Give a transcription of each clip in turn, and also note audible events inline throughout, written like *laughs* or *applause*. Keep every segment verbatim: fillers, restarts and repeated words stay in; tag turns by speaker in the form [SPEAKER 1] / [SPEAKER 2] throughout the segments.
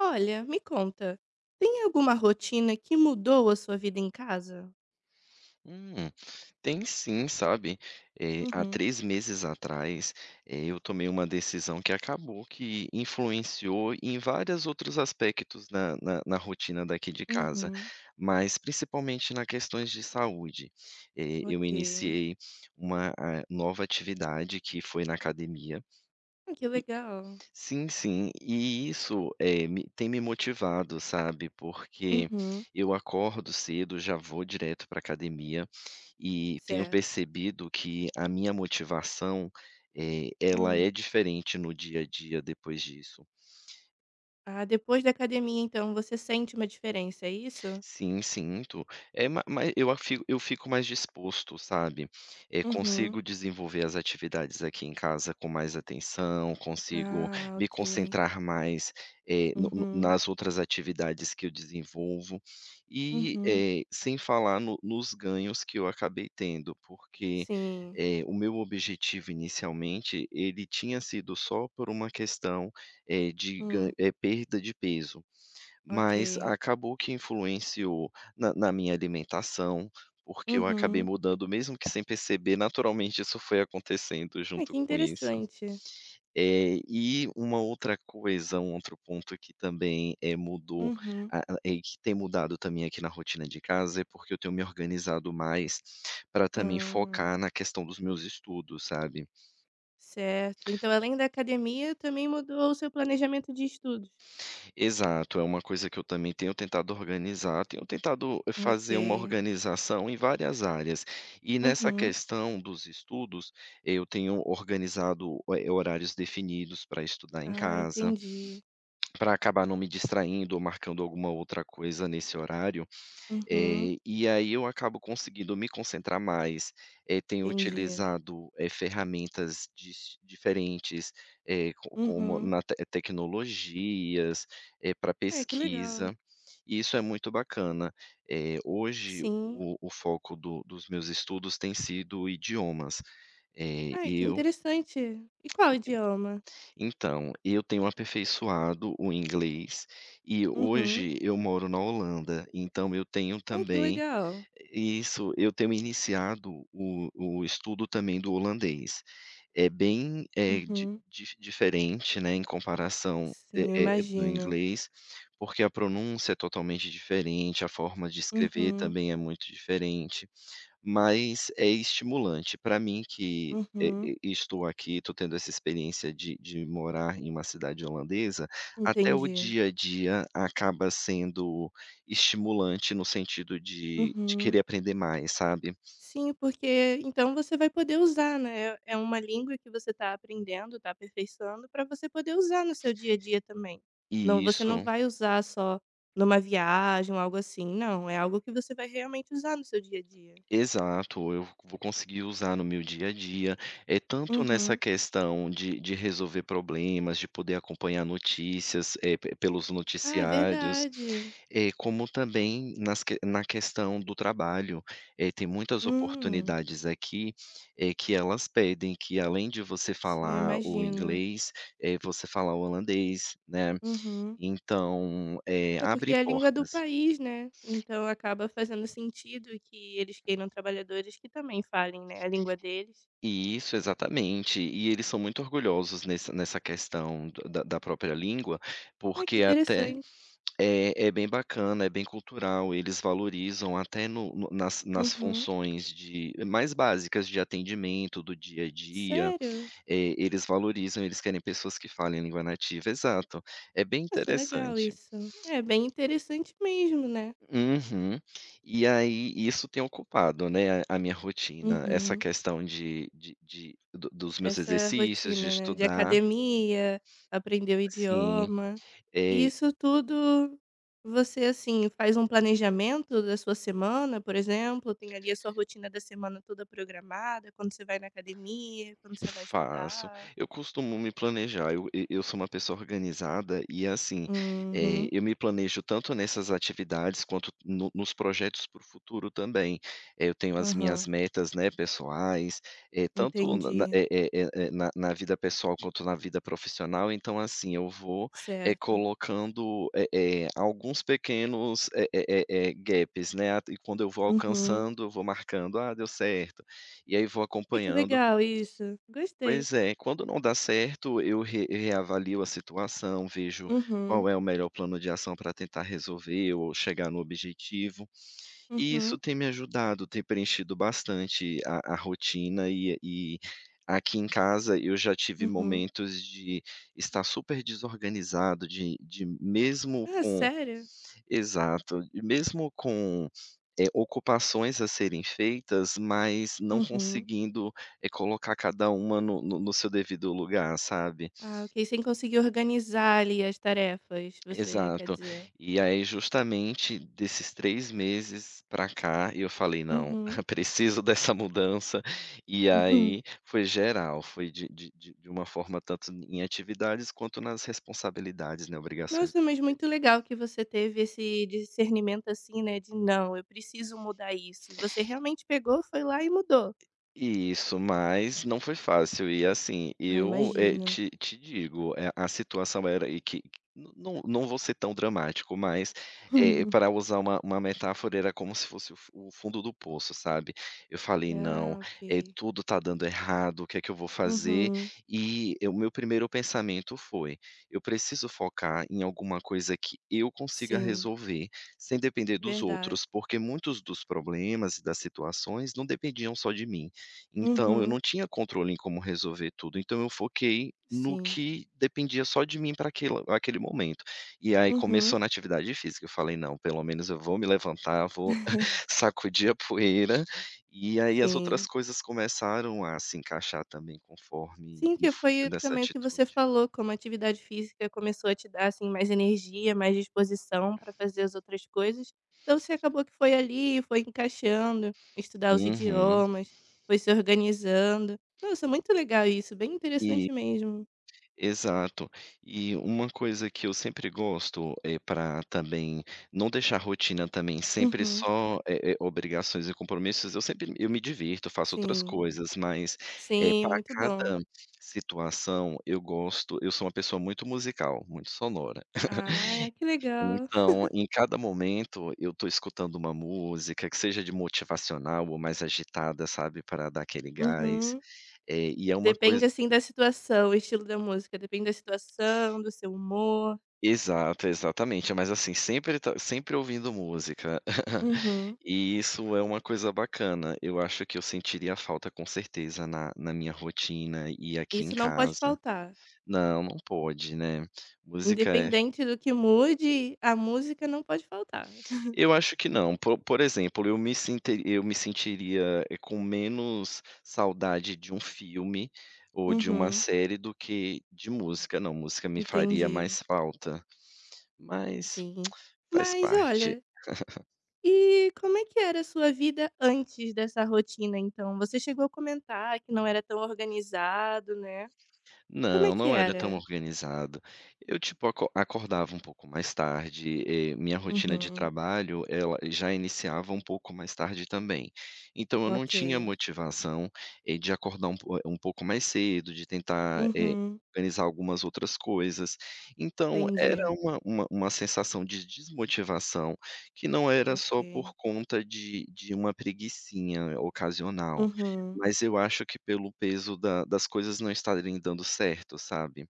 [SPEAKER 1] Olha, me conta, tem alguma rotina que mudou a sua vida em casa?
[SPEAKER 2] Hum, Tem sim, sabe. Eh, há
[SPEAKER 1] Uhum,
[SPEAKER 2] três meses atrás, eh, eu tomei uma decisão que acabou que influenciou em vários outros aspectos na na na rotina daqui de casa,
[SPEAKER 1] uhum.
[SPEAKER 2] mas principalmente na questões de saúde. Eh, eu
[SPEAKER 1] Ok.
[SPEAKER 2] iniciei uma, ah, nova atividade que foi na academia.
[SPEAKER 1] Ah, que legal.
[SPEAKER 2] Sim, sim. E isso, eh, me tem me motivado, sabe, porque
[SPEAKER 1] Uhum.
[SPEAKER 2] eu acordo cedo, já vou direto para academia e tenho
[SPEAKER 1] Certo.
[SPEAKER 2] percebido que a minha motivação, eh, ela
[SPEAKER 1] Hum.
[SPEAKER 2] é diferente no dia a dia depois disso.
[SPEAKER 1] Ah, depois da academia, então, você sente uma diferença, é isso?
[SPEAKER 2] Sim, sinto. É, ma mas eu a fico eu fico mais disposto, sabe. Eh,
[SPEAKER 1] Uhum.
[SPEAKER 2] consigo desenvolver as atividades aqui em casa com mais atenção, consigo
[SPEAKER 1] Ah,
[SPEAKER 2] me
[SPEAKER 1] ok.
[SPEAKER 2] concentrar mais, eh, no no
[SPEAKER 1] Uhum.
[SPEAKER 2] nas outras atividades que eu desenvolvo. E,
[SPEAKER 1] Uhum.
[SPEAKER 2] eh, sem falar no nos ganhos que eu acabei tendo, porque,
[SPEAKER 1] Sim.
[SPEAKER 2] eh, o meu objetivo inicialmente, ele tinha sido só por uma questão, eh, de gan
[SPEAKER 1] Hum.
[SPEAKER 2] eh, perda de peso.
[SPEAKER 1] Ok.
[SPEAKER 2] Mas acabou que influenciou na na minha alimentação, porque eu acabei
[SPEAKER 1] Uhum.
[SPEAKER 2] mudando, mesmo que sem perceber, naturalmente isso foi acontecendo
[SPEAKER 1] Ah,
[SPEAKER 2] junto
[SPEAKER 1] que
[SPEAKER 2] com isso.
[SPEAKER 1] interessante.
[SPEAKER 2] Eh, e uma outra coisa, um outro ponto que também, é mudou,
[SPEAKER 1] Uhum.
[SPEAKER 2] a a e que tem mudado também aqui na rotina de casa, é porque eu tenho me organizado mais para também
[SPEAKER 1] Ah,
[SPEAKER 2] focar na questão dos meus estudos, sabe.
[SPEAKER 1] certo. Então, além da academia, também mudou o seu planejamento de estudos?
[SPEAKER 2] Exato, é uma coisa que eu também tenho tentado organizar, tenho tentado eh, fazer uma
[SPEAKER 1] Ok.
[SPEAKER 2] organização em várias áreas. E nessa
[SPEAKER 1] Uhum.
[SPEAKER 2] questão dos estudos, eu tenho organizado, eh, horários definidos para estudar em
[SPEAKER 1] Ah,
[SPEAKER 2] casa,
[SPEAKER 1] entendi.
[SPEAKER 2] para acabar não me distraindo ou marcando alguma outra coisa nesse horário,
[SPEAKER 1] Uhum,
[SPEAKER 2] eh, e aí eu acabo conseguindo me concentrar mais, eh, tenho
[SPEAKER 1] entendi.
[SPEAKER 2] utilizado, eh, ferramentas dis diferentes, eh, co como
[SPEAKER 1] Uhum.
[SPEAKER 2] na te eh, tecnologias, para
[SPEAKER 1] Ai, que legal.
[SPEAKER 2] pesquisa, e isso é muito bacana. Eh, hoje o
[SPEAKER 1] Sim.
[SPEAKER 2] o foco do dos meus estudos tem sido idiomas. Eh,
[SPEAKER 1] Ai, que
[SPEAKER 2] eu
[SPEAKER 1] interessante. E qual idioma?
[SPEAKER 2] então, eu tenho aperfeiçoado o inglês, e
[SPEAKER 1] Uhum.
[SPEAKER 2] hoje eu moro na Holanda, então eu tenho
[SPEAKER 1] Ai, que
[SPEAKER 2] também
[SPEAKER 1] legal.
[SPEAKER 2] isso, eu tenho iniciado o o estudo também do holandês. É bem, é di
[SPEAKER 1] Uhum.
[SPEAKER 2] dif diferente, né, em comparação, eh
[SPEAKER 1] Sim, eu
[SPEAKER 2] eh, do
[SPEAKER 1] imagino.
[SPEAKER 2] inglês, porque a pronúncia é totalmente diferente, a forma de escrever
[SPEAKER 1] Uhum,
[SPEAKER 2] também é muito diferente. Mas é estimulante para mim que, eh,
[SPEAKER 1] uhum.
[SPEAKER 2] e estou aqui, estou tendo essa experiência de de morar em uma cidade holandesa, até o
[SPEAKER 1] Entendi.
[SPEAKER 2] dia a dia acaba sendo estimulante no sentido de de
[SPEAKER 1] Uhum.
[SPEAKER 2] querer aprender mais, sabe.
[SPEAKER 1] Sim, porque então você vai poder usar, né, é uma língua que você está aprendendo, está aperfeiçoando para você poder usar no seu dia a dia também. Não,
[SPEAKER 2] E
[SPEAKER 1] você não
[SPEAKER 2] isso.
[SPEAKER 1] vai usar só numa viagem ou algo assim, não, é algo que você vai realmente usar no seu dia a dia.
[SPEAKER 2] Exato, eu vou conseguir usar no meu dia a dia, eh, tanto nessa
[SPEAKER 1] Uhum.
[SPEAKER 2] questão de de resolver problemas, de poder acompanhar notícias, eh, pe pelos
[SPEAKER 1] Ah, é
[SPEAKER 2] noticiários,
[SPEAKER 1] verdade.
[SPEAKER 2] eh, como também nas que na questão do trabalho. Eh, tem muitas
[SPEAKER 1] Hum.
[SPEAKER 2] oportunidades aqui, eh, que elas pedem que além de você
[SPEAKER 1] Sim, eu
[SPEAKER 2] falar o
[SPEAKER 1] imagino.
[SPEAKER 2] inglês, eh, você falar o holandês, né,
[SPEAKER 1] Uhum.
[SPEAKER 2] então, eh,
[SPEAKER 1] É porque
[SPEAKER 2] abre
[SPEAKER 1] é a língua do
[SPEAKER 2] portas.
[SPEAKER 1] país, né, então acaba fazendo sentido que eles queiram trabalhadores que também falem, né, a língua deles.
[SPEAKER 2] Isso, exatamente. E eles são muito orgulhosos nessa nessa questão do da da própria língua,
[SPEAKER 1] Ah, que
[SPEAKER 2] porque até
[SPEAKER 1] interessante.
[SPEAKER 2] é é bem bacana, é bem cultural, eles valorizam até no no nas nas
[SPEAKER 1] Uhum.
[SPEAKER 2] funções de mais básicas de atendimento do dia a dia,
[SPEAKER 1] Sério?
[SPEAKER 2] eh, eles valorizam, eles querem pessoas que falem língua nativa. Exato, é bem
[SPEAKER 1] Nossa, legal
[SPEAKER 2] interessante.
[SPEAKER 1] isso. É bem interessante mesmo, né.
[SPEAKER 2] Uhum. E aí isso tem ocupado, né, a a minha rotina, essa
[SPEAKER 1] Uhum.
[SPEAKER 2] questão de de de do dos meus
[SPEAKER 1] Essa
[SPEAKER 2] exercícios, de
[SPEAKER 1] rotina, né, de
[SPEAKER 2] estudar,
[SPEAKER 1] academia, aprender o
[SPEAKER 2] sim.
[SPEAKER 1] idioma. E
[SPEAKER 2] Eh,
[SPEAKER 1] isso tudo você, assim, faz um planejamento da sua semana, por exemplo? Tem ali a sua rotina da semana toda programada, quando você vai na academia, quando você vai
[SPEAKER 2] Faço.
[SPEAKER 1] estudar?
[SPEAKER 2] Eu costumo me planejar, eu e eu sou uma pessoa organizada e, assim, eh,
[SPEAKER 1] Uhum.
[SPEAKER 2] eu me planejo tanto nessas atividades quanto no nos projetos para o futuro também. Eh, Eu tenho as
[SPEAKER 1] Aham.
[SPEAKER 2] minhas metas, né, pessoais, eh, tanto na na
[SPEAKER 1] Entendi.
[SPEAKER 2] eh eh eh eh, na na vida pessoal quanto na vida profissional, então, assim, eu vou, eh,
[SPEAKER 1] Certo.
[SPEAKER 2] colocando, eh eh, alguns pequenos, eh eh eh eh, gaps, né, e quando eu vou
[SPEAKER 1] Uhum.
[SPEAKER 2] alcançando, eu vou marcando: "Ah, deu certo", e aí vou
[SPEAKER 1] É que
[SPEAKER 2] acompanhando.
[SPEAKER 1] legal isso. Gostei.
[SPEAKER 2] Pois é, quando não dá certo, eu re reavalio a situação, vejo
[SPEAKER 1] Uhum.
[SPEAKER 2] qual é o melhor plano de ação para tentar resolver ou chegar no objetivo. E isso
[SPEAKER 1] Uhum.
[SPEAKER 2] tem me ajudado, tem preenchido bastante a a rotina, e e aqui em casa eu já tive
[SPEAKER 1] Uhum.
[SPEAKER 2] momentos de estar super desorganizado, de de mesmo
[SPEAKER 1] Ah,
[SPEAKER 2] com.
[SPEAKER 1] sério?
[SPEAKER 2] Exato. E mesmo com, eh, ocupações a serem feitas, mas não
[SPEAKER 1] Uhum.
[SPEAKER 2] conseguindo, eh, colocar cada uma no no no seu devido lugar, sabe.
[SPEAKER 1] Ah, ok, sem conseguir organizar ali as tarefas, você quer
[SPEAKER 2] Exato.
[SPEAKER 1] dizer.
[SPEAKER 2] E aí, justamente desses três meses pra cá, eu falei: "Não,
[SPEAKER 1] Uhum.
[SPEAKER 2] *laughs* preciso dessa mudança". E
[SPEAKER 1] Uhum.
[SPEAKER 2] aí foi geral, foi de de de de uma forma tanto em atividades quanto nas responsabilidades, né, obrigações
[SPEAKER 1] Nossa,
[SPEAKER 2] do
[SPEAKER 1] mas
[SPEAKER 2] dia a
[SPEAKER 1] muito
[SPEAKER 2] dia.
[SPEAKER 1] legal que você teve esse discernimento assim, né, de não, eu preciso mudar isso. E você realmente pegou, foi lá e mudou.
[SPEAKER 2] Isso, mas não foi fácil e, assim,
[SPEAKER 1] Ah,
[SPEAKER 2] eu, eh,
[SPEAKER 1] imagina.
[SPEAKER 2] te te digo, eh, a situação era e que, n- não não vou ser tão dramático, mas, eh, para
[SPEAKER 1] *laughs*
[SPEAKER 2] usar uma uma metáfora, era como se fosse o fu o fundo do poço, sabe. Eu falei: "Não,
[SPEAKER 1] Ah, ok.
[SPEAKER 2] eh, tudo está dando errado, o que é que eu vou fazer?"
[SPEAKER 1] Uhum.
[SPEAKER 2] E eh, o meu primeiro pensamento foi: "Eu preciso focar em alguma coisa que eu consiga
[SPEAKER 1] Sim,
[SPEAKER 2] resolver, sem depender dos
[SPEAKER 1] verdade.
[SPEAKER 2] outros", porque muitos dos problemas e das situações não dependiam só de mim. Então eu
[SPEAKER 1] Uhum.
[SPEAKER 2] não tinha controle em como resolver tudo, então eu foquei no
[SPEAKER 1] Sim.
[SPEAKER 2] que dependia só de mim para aquele aquele momento. E aí
[SPEAKER 1] Uhum.
[SPEAKER 2] começou na atividade física, eu falei: "Não, pelo menos eu vou me levantar, vou *laughs* sacudir a poeira", e aí as outras
[SPEAKER 1] Sim.
[SPEAKER 2] coisas começaram a se encaixar também conforme
[SPEAKER 1] Sim,
[SPEAKER 2] eu
[SPEAKER 1] que
[SPEAKER 2] fui
[SPEAKER 1] foi
[SPEAKER 2] tendo essa
[SPEAKER 1] também o que você
[SPEAKER 2] atitude.
[SPEAKER 1] falou, como a atividade física começou a te dar, assim, mais energia, mais disposição para fazer as outras coisas, então você acabou que foi ali, foi encaixando, estudar os
[SPEAKER 2] Uhum.
[SPEAKER 1] idiomas, foi se organizando. Nossa, muito legal isso, bem interessante mesmo.
[SPEAKER 2] Exato. E uma coisa que eu sempre gosto, é para também não deixar a rotina também sempre
[SPEAKER 1] Uhum,
[SPEAKER 2] só, eh eh, obrigações e compromissos, eu sempre eu me divirto, faço outras
[SPEAKER 1] sim.
[SPEAKER 2] coisas, mas, eh,
[SPEAKER 1] Sim,
[SPEAKER 2] pra
[SPEAKER 1] muito bom.
[SPEAKER 2] cada situação, eu gosto eu sou uma pessoa muito musical, muito sonora.
[SPEAKER 1] Ah, que legal.
[SPEAKER 2] Então, em cada momento eu estou escutando uma música, que seja de motivacional ou mais agitada, sabe, para dar aquele gás.
[SPEAKER 1] Uhum.
[SPEAKER 2] Eh, e é uma coisa
[SPEAKER 1] Depende, assim, da situação, o estilo da música, depende da situação, do seu humor.
[SPEAKER 2] Exato, exatamente. Mas assim, sempre tá sempre ouvindo música. *laughs*
[SPEAKER 1] Uhum.
[SPEAKER 2] E isso é uma coisa bacana. Eu acho que eu sentiria falta com certeza na na minha rotina e aqui em
[SPEAKER 1] Isso não pode
[SPEAKER 2] casa.
[SPEAKER 1] faltar.
[SPEAKER 2] Não, não pode, né. Música é,
[SPEAKER 1] Independente do que mude, a música não pode faltar.
[SPEAKER 2] eu acho que não. Po Por exemplo, eu me sinte eu me sentiria, eh, com menos saudade de um filme ou de uma
[SPEAKER 1] Uhum,
[SPEAKER 2] série do que de música. Não, música me faria
[SPEAKER 1] entendi,
[SPEAKER 2] mais falta, mas
[SPEAKER 1] sim.
[SPEAKER 2] faz
[SPEAKER 1] Mas
[SPEAKER 2] parte.
[SPEAKER 1] olha, e como é que era a sua vida antes dessa rotina então? Você chegou a comentar que não era tão organizado, né. Como é
[SPEAKER 2] Não,
[SPEAKER 1] que
[SPEAKER 2] não era tão
[SPEAKER 1] era?
[SPEAKER 2] organizado. Eu, tipo, aco acordava um pouco mais tarde, eh, minha rotina de
[SPEAKER 1] Uhum,
[SPEAKER 2] trabalho, ela já iniciava um pouco mais tarde também. Então eu não
[SPEAKER 1] ok.
[SPEAKER 2] tinha motivação, eh, de acordar um po um pouco mais cedo, de tentar, eh,
[SPEAKER 1] Uhum,
[SPEAKER 2] organizar algumas outras coisas. Então era
[SPEAKER 1] entendi.
[SPEAKER 2] uma uma uma sensação de desmotivação, que não era
[SPEAKER 1] Ok.
[SPEAKER 2] só por conta de de uma preguicinha ocasional.
[SPEAKER 1] Uhum,
[SPEAKER 2] Mas eu acho que pelo peso da das coisas não estarem dando certo, sabe.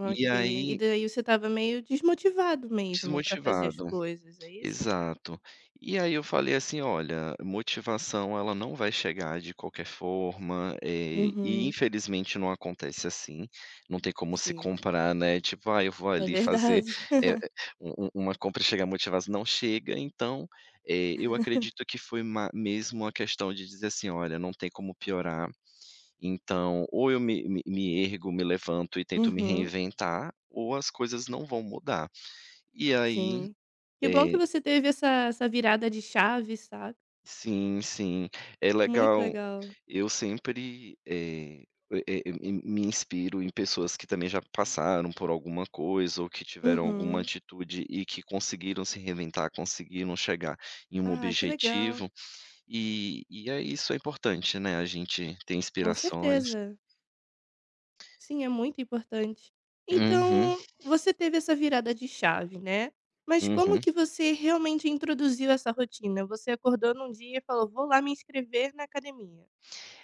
[SPEAKER 2] E
[SPEAKER 1] E
[SPEAKER 2] aí
[SPEAKER 1] daí você estava meio desmotivado mesmo pra fazer as
[SPEAKER 2] desmotivado.
[SPEAKER 1] coisas, é isso?
[SPEAKER 2] Exato. E aí eu falei assim: "Olha, motivação ela não vai chegar de qualquer forma, eh, e
[SPEAKER 1] Uhum,
[SPEAKER 2] infelizmente não acontece assim, não tem como se
[SPEAKER 1] sim,
[SPEAKER 2] comprar, né, tipo: "Ai, eu vou
[SPEAKER 1] é
[SPEAKER 2] ali fazer,
[SPEAKER 1] verdade.
[SPEAKER 2] eh, u u uma compra e chegar motivado", não chega. Então, eh, eu acredito que foi ma mesmo uma questão de dizer assim: "Olha, não tem como piorar, então, ou eu me me me ergo, me levanto e tento me
[SPEAKER 1] Uhum,
[SPEAKER 2] reinventar, ou as coisas não vão mudar. E aí
[SPEAKER 1] sim. Que bom que
[SPEAKER 2] é,
[SPEAKER 1] você teve essa essa virada de chave, sabe.
[SPEAKER 2] sim, sim, é
[SPEAKER 1] Muito
[SPEAKER 2] legal.
[SPEAKER 1] legal.
[SPEAKER 2] Eu sempre, eh eh eh, me me inspiro em pessoas que também já passaram por alguma coisa ou que tiveram alguma
[SPEAKER 1] Uhum.
[SPEAKER 2] atitude e que conseguiram se reinventar, conseguiram chegar em um
[SPEAKER 1] Ah, que legal.
[SPEAKER 2] objetivo, e e é isso, é importante, né, a gente ter
[SPEAKER 1] Com
[SPEAKER 2] inspirações.
[SPEAKER 1] certeza. Sim, é muito importante.
[SPEAKER 2] Uhum,
[SPEAKER 1] Então, você teve essa virada de chave, né. Mas como
[SPEAKER 2] uhum.
[SPEAKER 1] que você realmente introduziu essa rotina? Você acordou num dia e falou: "Vou lá me inscrever na academia".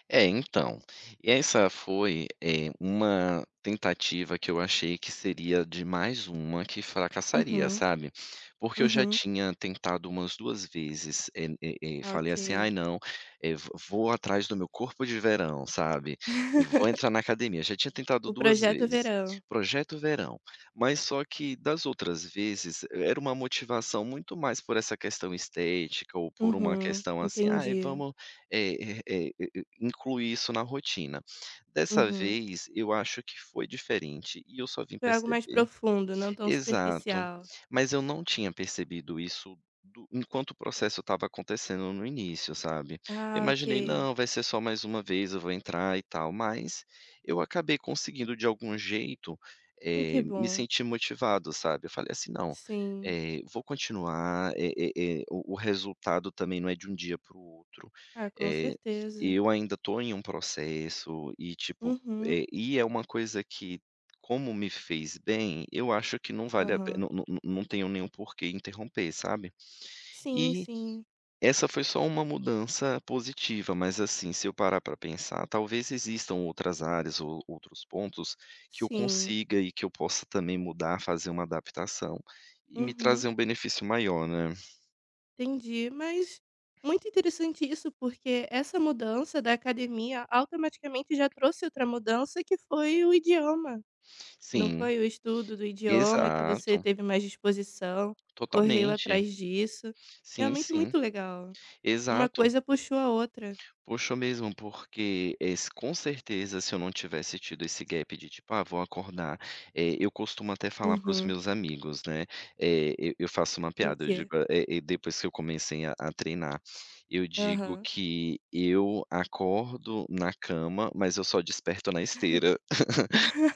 [SPEAKER 2] É, então, essa foi, eh, uma tentativa que eu achei que seria de mais uma que fracassaria,
[SPEAKER 1] Uhum,
[SPEAKER 2] sabe. Porque eu já
[SPEAKER 1] uhum.
[SPEAKER 2] tinha tentado umas duas vezes, eh eh eh,
[SPEAKER 1] Ah,
[SPEAKER 2] falei assim: "Ai
[SPEAKER 1] ok.
[SPEAKER 2] não, eh, vo vou atrás do meu corpo de verão, sabe, e vou
[SPEAKER 1] *laughs*
[SPEAKER 2] entrar na academia". Já tinha tentado
[SPEAKER 1] O
[SPEAKER 2] duas
[SPEAKER 1] projeto
[SPEAKER 2] vezes,
[SPEAKER 1] verão.
[SPEAKER 2] projeto verão. Mas só que das outras vezes, era uma motivação muito mais por essa questão estética ou por uma
[SPEAKER 1] Uhum,
[SPEAKER 2] questão assim: "Ai,
[SPEAKER 1] entendi.
[SPEAKER 2] vamos eh eh eh, incluir isso na rotina. Dessa
[SPEAKER 1] Uhum.
[SPEAKER 2] vez, eu acho que foi diferente e eu só vim
[SPEAKER 1] Foi algo mais
[SPEAKER 2] perceber.
[SPEAKER 1] profundo, não tão
[SPEAKER 2] Exato.
[SPEAKER 1] superficial.
[SPEAKER 2] Mas eu não tinha percebido isso do enquanto o processo estava acontecendo no início, sabe. Eu
[SPEAKER 1] Ah,
[SPEAKER 2] imaginei:
[SPEAKER 1] ok.
[SPEAKER 2] "Não, vai ser só mais uma vez, eu vou entrar e tal", mas eu acabei conseguindo de algum jeito,
[SPEAKER 1] Hum, que
[SPEAKER 2] eh, me
[SPEAKER 1] bom.
[SPEAKER 2] sentir motivado, sabe. Eu falei assim: "Não,
[SPEAKER 1] Sim.
[SPEAKER 2] eh, vou continuar, eh eh eh, o o resultado também não é de um dia para o outro,
[SPEAKER 1] Ah, com
[SPEAKER 2] eh,
[SPEAKER 1] certeza.
[SPEAKER 2] eu ainda estou em um processo", e tipo,
[SPEAKER 1] Uhum.
[SPEAKER 2] eh, e é uma coisa que como me fez bem, eu acho que não vale a
[SPEAKER 1] Aham.
[SPEAKER 2] pena, não não não tenho nenhum porquê interromper, sabe.
[SPEAKER 1] Sim,
[SPEAKER 2] E
[SPEAKER 1] sim.
[SPEAKER 2] essa foi só uma mudança positiva, mas, assim, se eu parar para pensar, talvez existam outras áreas ou outros pontos que eu
[SPEAKER 1] Sim.
[SPEAKER 2] consiga e que eu possa também mudar, fazer uma adaptação e me
[SPEAKER 1] Uhum.
[SPEAKER 2] trazer um benefício maior, né.
[SPEAKER 1] Entendi. Mas muito interessante isso, porque essa mudança da academia automaticamente já trouxe outra mudança que foi o idioma. Não
[SPEAKER 2] Sim,
[SPEAKER 1] foi o estudo do idioma que você
[SPEAKER 2] exato,
[SPEAKER 1] teve mais disposição, correu
[SPEAKER 2] totalmente.
[SPEAKER 1] atrás disso.
[SPEAKER 2] Sim,
[SPEAKER 1] Realmente
[SPEAKER 2] sim,
[SPEAKER 1] muito legal. Uma
[SPEAKER 2] exato.
[SPEAKER 1] coisa puxou a outra.
[SPEAKER 2] Puxou mesmo, porque, esse, com certeza, se eu não tivesse tido esse gap de tipo: "Ah, vou acordar", eh, eu costumo até falar para os
[SPEAKER 1] Uhum.
[SPEAKER 2] meus amigos, né, eh, eu eu faço uma
[SPEAKER 1] O
[SPEAKER 2] piada, eu digo,
[SPEAKER 1] quê?
[SPEAKER 2] eh eh, depois que eu comecei a a treinar, eu digo
[SPEAKER 1] Aham.
[SPEAKER 2] que eu acordo na cama, mas eu só desperto na esteira.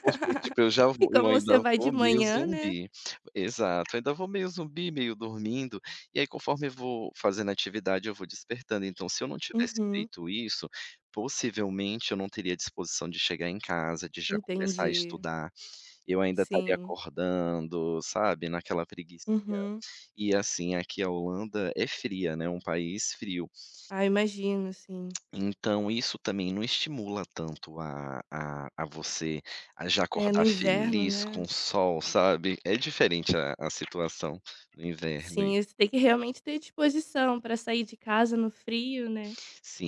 [SPEAKER 2] Porque, tipo, eu já
[SPEAKER 1] E
[SPEAKER 2] vou eu
[SPEAKER 1] como
[SPEAKER 2] ainda
[SPEAKER 1] você vai de
[SPEAKER 2] vou meio
[SPEAKER 1] manhã, né.
[SPEAKER 2] zumbi. Exato, ainda vou meio zumbi, meio dormindo, e aí conforme eu vou fazendo atividade, eu vou despertando. Então, se eu não tivesse
[SPEAKER 1] Uhum.
[SPEAKER 2] feito isso, possivelmente eu não teria disposição de chegar em casa, de já começar a
[SPEAKER 1] Entendi.
[SPEAKER 2] estudar. Eu ainda estaria
[SPEAKER 1] Sim.
[SPEAKER 2] acordando, sabe, naquela preguiça.
[SPEAKER 1] Uhum.
[SPEAKER 2] E assim, aqui a Holanda é fria, né, um país frio.
[SPEAKER 1] Ah, imagino, sim.
[SPEAKER 2] Então isso também não estimula tanto a a a você a já
[SPEAKER 1] É, no
[SPEAKER 2] acordar
[SPEAKER 1] inverno,
[SPEAKER 2] feliz com
[SPEAKER 1] né.
[SPEAKER 2] o sol, sabe. É diferente a a situação do inverno e
[SPEAKER 1] Sim, você tem que realmente ter disposição para sair de casa no frio, né,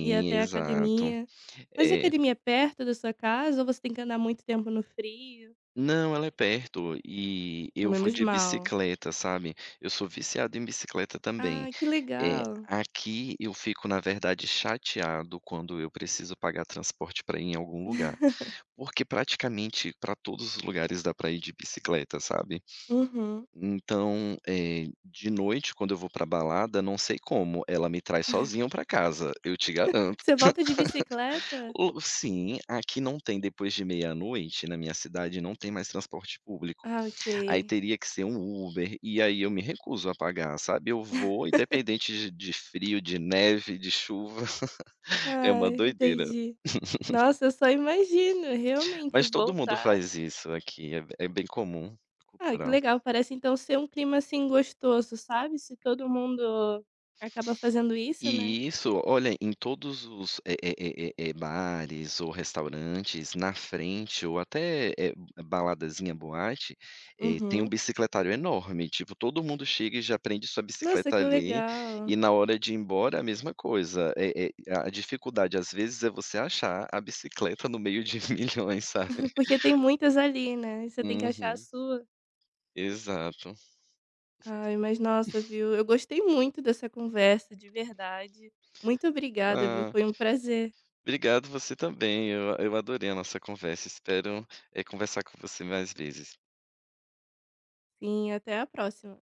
[SPEAKER 1] ir até a
[SPEAKER 2] exato.
[SPEAKER 1] academia. Mas a
[SPEAKER 2] É.
[SPEAKER 1] academia é perto da sua casa ou você tem que andar muito tempo no frio?
[SPEAKER 2] Não, ela é perto e eu vou
[SPEAKER 1] Menos
[SPEAKER 2] de
[SPEAKER 1] mal.
[SPEAKER 2] bicicleta, sabe. Eu sou viciado em bicicleta também.
[SPEAKER 1] Ah, que
[SPEAKER 2] Eh,
[SPEAKER 1] legal.
[SPEAKER 2] aqui eu fico, na verdade, chateado quando eu preciso pagar transporte para ir em algum lugar,
[SPEAKER 1] *laughs*
[SPEAKER 2] porque praticamente para todos os lugares dá para ir de bicicleta, sabe.
[SPEAKER 1] Uhum.
[SPEAKER 2] Então, eh, de noite, quando eu vou pra balada, não sei como, ela me traz sozinho pra casa, eu te garanto.
[SPEAKER 1] Você volta de bicicleta?
[SPEAKER 2] O sim, aqui não tem depois de meia-noite, na minha cidade não tem mais transporte público.
[SPEAKER 1] Ah, ok.
[SPEAKER 2] Aí teria que ser um Uber, e aí eu me recuso a pagar, sabe. Eu vou independente de de frio, de neve, de chuva, *laughs* é
[SPEAKER 1] Ah,
[SPEAKER 2] uma doideira.
[SPEAKER 1] entendi.
[SPEAKER 2] *laughs*
[SPEAKER 1] Nossa, eu só imagino, realmente,
[SPEAKER 2] Mas todo mundo
[SPEAKER 1] voltar
[SPEAKER 2] faz isso aqui, é é bem comum,
[SPEAKER 1] ah, que
[SPEAKER 2] cultural.
[SPEAKER 1] legal, parece então ser um clima, assim, gostoso, sabe, se todo mundo acaba fazendo isso, né.
[SPEAKER 2] E isso, olha, em todos os, eh eh eh eh eh, bares ou restaurantes, na frente ou até, eh, baladazinha, boate, eh, tem um
[SPEAKER 1] Uhum.
[SPEAKER 2] bicicletário enorme, tipo, todo mundo chega e já prende sua
[SPEAKER 1] Nossa,
[SPEAKER 2] bicicleta
[SPEAKER 1] que
[SPEAKER 2] ali, e
[SPEAKER 1] legal.
[SPEAKER 2] na hora de ir embora a mesma coisa. Eh eh, a dificuldade às vezes é você achar a bicicleta no meio de *laughs* milhões, sabe.
[SPEAKER 1] *laughs* Porque tem muitas ali, né, e você tem que achar a
[SPEAKER 2] Uhum,
[SPEAKER 1] sua.
[SPEAKER 2] exato.
[SPEAKER 1] Ai, mas nossa, viu, eu gostei muito dessa conversa, de verdade. Muito obrigada, viu,
[SPEAKER 2] Ah,
[SPEAKER 1] foi um prazer.
[SPEAKER 2] obrigado você também, eu eu adorei a nossa conversa, espero, eh, conversar com você mais vezes.
[SPEAKER 1] Sim, até a próxima.